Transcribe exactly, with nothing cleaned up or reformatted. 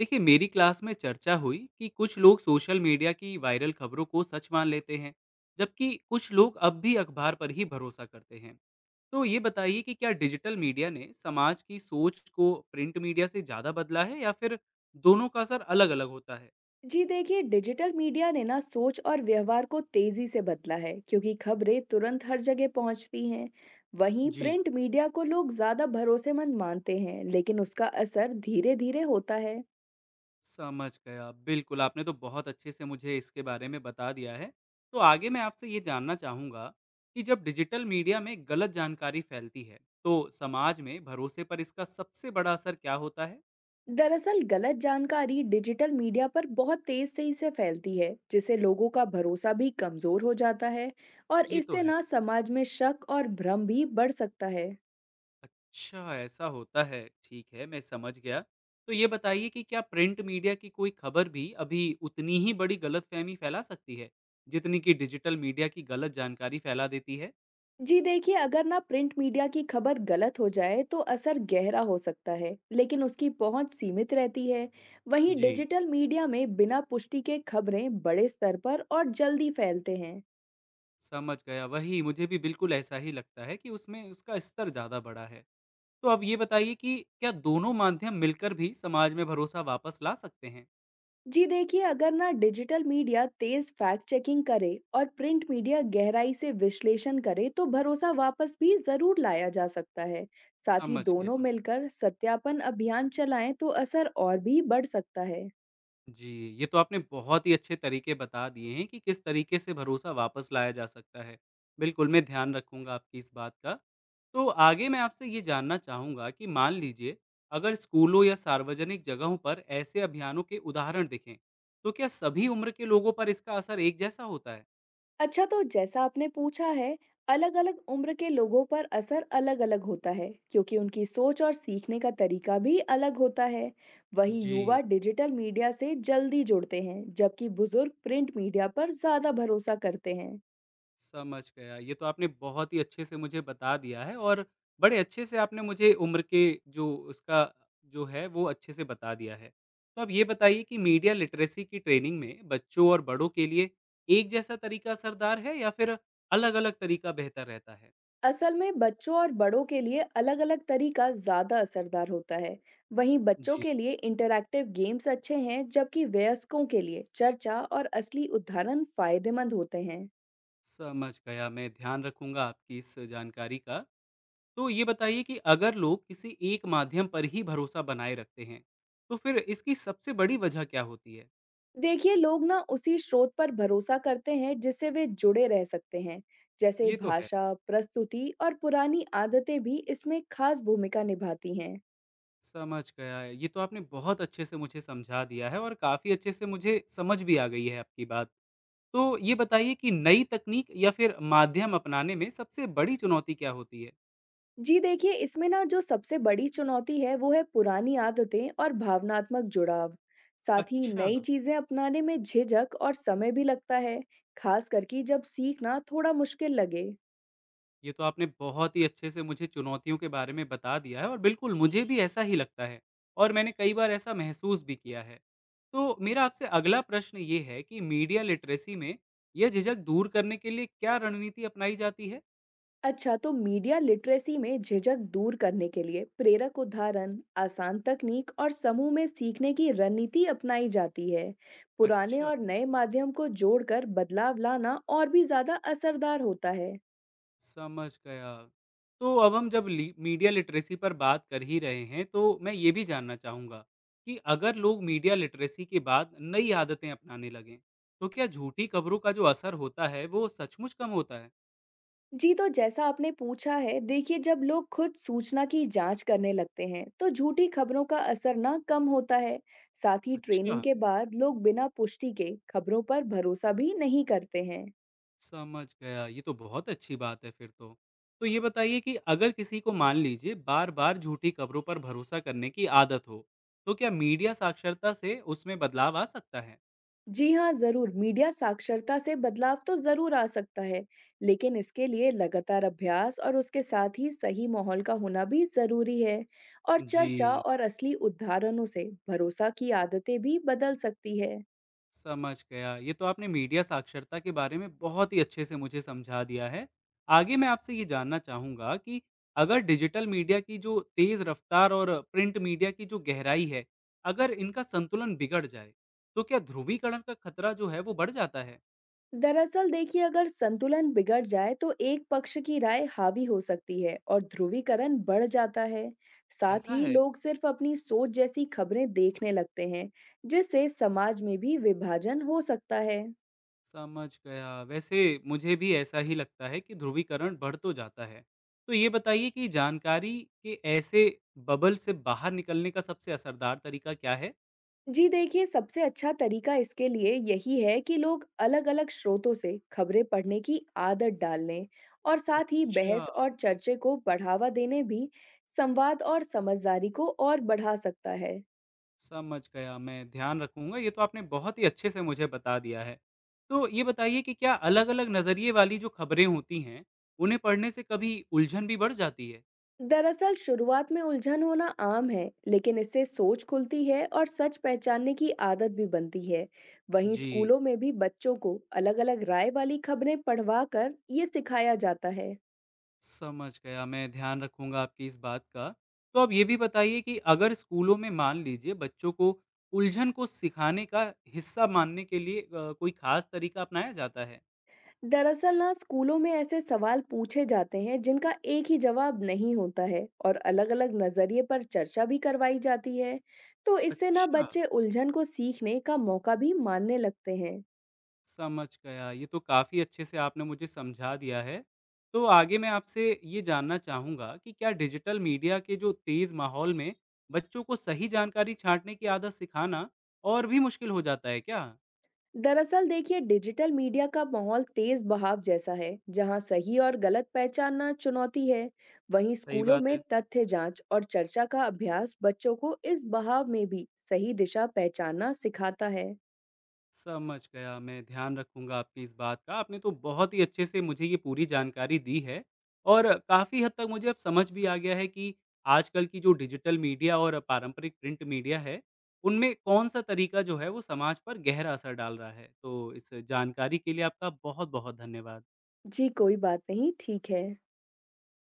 देखिए मेरी क्लास में चर्चा हुई कि कुछ लोग सोशल मीडिया की वायरल खबरों को सच मान लेते हैं, जबकि कुछ लोग अब भी अखबार पर ही भरोसा करते हैं। तो ये बताइए कि क्या डिजिटल मीडिया ने समाज की सोच को प्रिंट मीडिया से ज़्यादा बदला है या फिर दोनों का असर अलग-अलग होता है। जी देखिए, डिजिटल मीडिया ने ना सोच और व्यवहार को तेजी से बदला है क्योंकि खबरें तुरंत हर जगह पहुंचती हैं। वहीं जी, प्रिंट मीडिया को लोग ज्यादा भरोसेमंद मानते हैं, लेकिन उसका असर धीरे धीरे होता है। समझ गया। बिल्कुल, आपने तो बहुत अच्छे से मुझे इसके बारे में बता दिया है। तो आगे मैं आपसे ये जानना चाहूँगा कि जब डिजिटल मीडिया में गलत जानकारी फैलती है, तो समाज में भरोसे पर इसका सबसे बड़ा असर क्या होता है? दरअसल गलत जानकारी डिजिटल मीडिया पर बहुत तेज से ही से फैलती है जिससे लोगों का भरोसा भी कमजोर हो जाता है। और ये तो इससे है। ना समाज में शक और भ्रम भी बढ़ सकता है। अच्छा, ऐसा होता है। ठीक है, मैं समझ गया। तो ये बताइए कि क्या प्रिंट मीडिया की कोई खबर भी अभी उतनी ही बड़ी गलतफ़हमी फैला सकती है, जितनी कि डिजिटल मीडिया की गलत जानकारी फैला देती है? जी देखिए, अगर ना प्रिंट मीडिया की खबर गलत हो जाए तो असर गहरा हो सकता है, लेकिन उसकी पहुंच सीमित रहती है। वहीं जी। डिजिटल मीडिया में बिना पुष्टि के खबरें बड़े स्तर पर और जल्दी फैलते हैं। समझ गया, वही मुझे भी बिल्कुल ऐसा ही लगता है कि उसमें उसका स्तर ज़्यादा बड़ा है। तो अब ये बताइए कि क्या दोनों माध्यम मिलकर भी समाज में भरोसा वापस ला सकते हैं? जी देखिए, अगर ना डिजिटल मीडिया तेज फैक्ट चेकिंग करे और प्रिंट मीडिया गहराई से विश्लेषण करे तो भरोसा वापस भी जरूर लाया जा सकता है। साथ ही समझ दोनों गया। मिलकर सत्यापन अभियान चलाएं तो असर और भी बढ़ सकता है। जी, ये तो आपने बहुत ही अच्छे तरीके बता दिए हैं कि किस तरीके से भरोसा वापस लाया जा सकता है। बिल्कुल, मैं ध्यान रखूँगा आपकी इस बात का। तो आगे मैं आपसे ये जानना चाहूँगा कि मान लीजिए अगर स्कूलों या सार्वजनिक जगहों पर ऐसे अभियानों के उदाहरण दिखें, तो क्या सभी उम्र के लोगों पर इसका असर एक जैसा होता है? अच्छा, तो जैसा आपने पूछा है, अलग-अलग उम्र के लोगों पर असर अलग-अलग होता है, क्योंकि उनकी सोच और सीखने का तरीका भी अलग होता है। वहीं जी, युवा डिजिटल मीडिया से जल्दी जुड़ते हैं, जबकि बुजुर्ग प्रिंट मीडिया पर ज्यादा भरोसा करते हैं। समझ गया। ये तो आपने बहुत ही अच्छे से मुझे बता दिया है और बड़े अच्छे से आपने मुझे उम्र के जो उसका जो है वो अच्छे से बता दिया है। तो आप ये बताइए कि मीडिया लिटरेसी की ट्रेनिंग में बच्चों और बड़ों के लिए एक जैसा तरीका असरदार है या फिर अलग-अलग तरीका बेहतर रहता है? असल में बच्चों और बड़ों के लिए अलग-अलग तरीका ज्यादा असरदार होता है। वहीं बच्चों जी, के लिए इंटरैक्टिव गेम्स अच्छे हैं, जबकि वयस्कों के लिए चर्चा और असली उदाहरण फायदेमंद होते हैं। समझ गया। मैं ध्यान रखूँगा आपकी इस जानकारी का। तो ये बताइए कि अगर लोग किसी एक माध्यम पर ही भरोसा बनाए रखते हैं, तो फिर इसकी सबसे बड़ी वजह क्या होती है? देखिए, लोग ना उसी स्रोत पर भरोसा करते हैं जिससे वे जुड़े रह सकते हैं। जैसे ये तो है। भाषा, प्रस्तुति और पुरानी आदतें भी इसमें खास भूमिका निभाती हैं। समझ गया। ये तो आपने बहुत अच्छे से मुझे समझा दिया है और काफ़ी अच्छे से मुझे समझ भी आ गई है आपकी बात। तो ये बताइए कि नई तकनीक या फिर माध्यम अपनाने में सबसे बड़ी चुनौती क्या होती है? जी देखिए, इसमें ना जो सबसे बड़ी चुनौती है वो है पुरानी आदतें और भावनात्मक जुड़ाव। साथ ही अच्छा, नई चीजें अपनाने में झिझक और समय भी लगता है, खास करके जब सीखना थोड़ा मुश्किल लगे। ये तो आपने बहुत ही अच्छे से मुझे चुनौतियों के बारे में बता दिया है और बिल्कुल मुझे भी ऐसा ही लगता है और मैंने कई बार ऐसा महसूस भी किया है। तो मेरा आपसे अगला प्रश्न ये है कि मीडिया लिटरेसी में यह झिझक दूर करने के लिए क्या रणनीति अपनाई जाती है? अच्छा, तो मीडिया लिटरेसी में झिझक दूर करने के लिए प्रेरक उदाहरण, आसान तकनीक और समूह में सीखने की रणनीति अपनाई जाती है। पुराने अच्छा। और नए माध्यम को जोड़कर बदलाव लाना और भी ज्यादा असरदार होता है। समझ गया। तो अब हम जब ली मीडिया लिटरेसी पर बात कर ही रहे हैं, तो मैं ये भी जानना चाहूँगा कि अगर लोग मीडिया लिटरेसी के बाद नई आदतें अपनाने लगें, तो क्या झूठी खबरों का जो असर होता है, वो सचमुच कम होता है? जी, तो जैसा आपने पूछा है, देखिए जब लोग खुद सूचना की जांच करने लगते हैं, तो झूठी खबरों का असर ना कम होता है। साथ ही अच्छा, ट्रेनिंग के बाद लोग बिना पुष्टि के खबरों पर भरोसा भी नहीं करते हैं। समझ गया। ये तो बहुत अच्छी बात है फिर तो। तो ये बताइए कि अगर किसी को मान लीजिए बार-बार झूठी खबरों पर भरोसा करने की आदत हो, तो क्या मीडिया साक्षरता से उसमें बदलाव आ सकता है? जी हाँ, ज़रूर। मीडिया साक्षरता से बदलाव तो ज़रूर आ सकता है, लेकिन इसके लिए लगातार अभ्यास और उसके साथ ही सही माहौल का होना भी ज़रूरी है। और चर्चा जी। और असली उदाहरणों से भरोसा की आदतें भी बदल सकती है। समझ गया। ये तो आपने मीडिया साक्षरता के बारे में बहुत ही अच्छे से मुझे समझा दिया है। आगे मैं आपसे ये जानना चाहूँगा कि अगर डिजिटल मीडिया की जो तेज़ रफ़्तार और प्रिंट मीडिया की जो गहराई है, अगर इनका संतुलन बिगड़ जाए, तो क्या ध्रुवीकरण का खतरा जो है वो बढ़ जाता है? दरअसल देखिए, अगर संतुलन बिगड़ जाए तो एक पक्ष की राय हावी हो सकती है और ध्रुवीकरण बढ़ जाता है। साथ ऐसा ही है? लोग सिर्फ अपनी सोच जैसी खबरें देखने लगते हैं, जिससे समाज में भी विभाजन हो सकता है। समझ गया। वैसे मुझे भी ऐसा ही लगता है कि ध्रुवीकरण बढ़ तो जाता है। तो ये बताइए कि जानकारी के ऐसे बबल से बाहर निकलने का सबसे असरदार तरीका क्या है? जी देखिए, सबसे अच्छा तरीका इसके लिए यही है कि लोग अलग-अलग स्रोतों से खबरें पढ़ने की आदत डाल लें, और साथ ही अच्छा। बहस और चर्चे को बढ़ावा देने भी संवाद और समझदारी को और बढ़ा सकता है। समझ गया, मैं ध्यान रखूँगा। ये तो आपने बहुत ही अच्छे से मुझे बता दिया है। तो ये बताइए कि क्या अलग-अलग नज़रिए वाली जो खबरें होती हैं, उन्हें पढ़ने से कभी उलझन भी बढ़ जाती है? दरअसल शुरुआत में उलझन होना आम है, लेकिन इससे सोच खुलती है और सच पहचानने की आदत भी बनती है। वहीं जी। स्कूलों में भी बच्चों को अलग-अलग राय वाली खबरें पढ़वाकर ये सिखाया जाता है। समझ गया, मैं ध्यान रखूँगा आपकी इस बात का। तो आप ये भी बताइए कि अगर स्कूलों में मान लीजिए बच्चों को उलझन को सिखाने का हिस्सा मानने के लिए अ, कोई ख़ास तरीका अपनाया जाता है? दरअसल ना स्कूलों में ऐसे सवाल पूछे जाते हैं जिनका एक ही जवाब नहीं होता है, और अलग-अलग नजरिए पर चर्चा भी करवाई जाती है। तो इससे ना अच्छा। बच्चे उलझन को सीखने का मौका भी मानने लगते हैं। समझ गया। ये तो काफ़ी अच्छे से आपने मुझे समझा दिया है। तो आगे मैं आपसे ये जानना चाहूँगा कि क्या डिजिटल मीडिया के जो तेज़ माहौल में बच्चों को सही जानकारी छाँटने की आदत सिखाना और भी मुश्किल हो जाता है क्या? दरअसल देखिए, डिजिटल मीडिया का माहौल तेज बहाव जैसा है जहां सही और गलत पहचानना चुनौती है। वहीं सही स्कूलों बात में है। तथ्य जांच और चर्चा का अभ्यास बच्चों को इस बहाव में भी सही दिशा पहचानना सिखाता है। समझ गया, मैं ध्यान रखूँगा आपकी इस बात का। आपने तो बहुत ही अच्छे से मुझे ये पूरी जानकारी दी है और काफ़ी हद तक मुझे अब समझ भी आ गया है कि आजकल की जो डिजिटल मीडिया और पारंपरिक प्रिंट मीडिया है, उनमें कौन-सा तरीका जो है वो समाज पर गहरा असर डाल रहा है। तो इस जानकारी के लिए आपका बहुत-बहुत धन्यवाद। जी, कोई बात नहीं, ठीक है।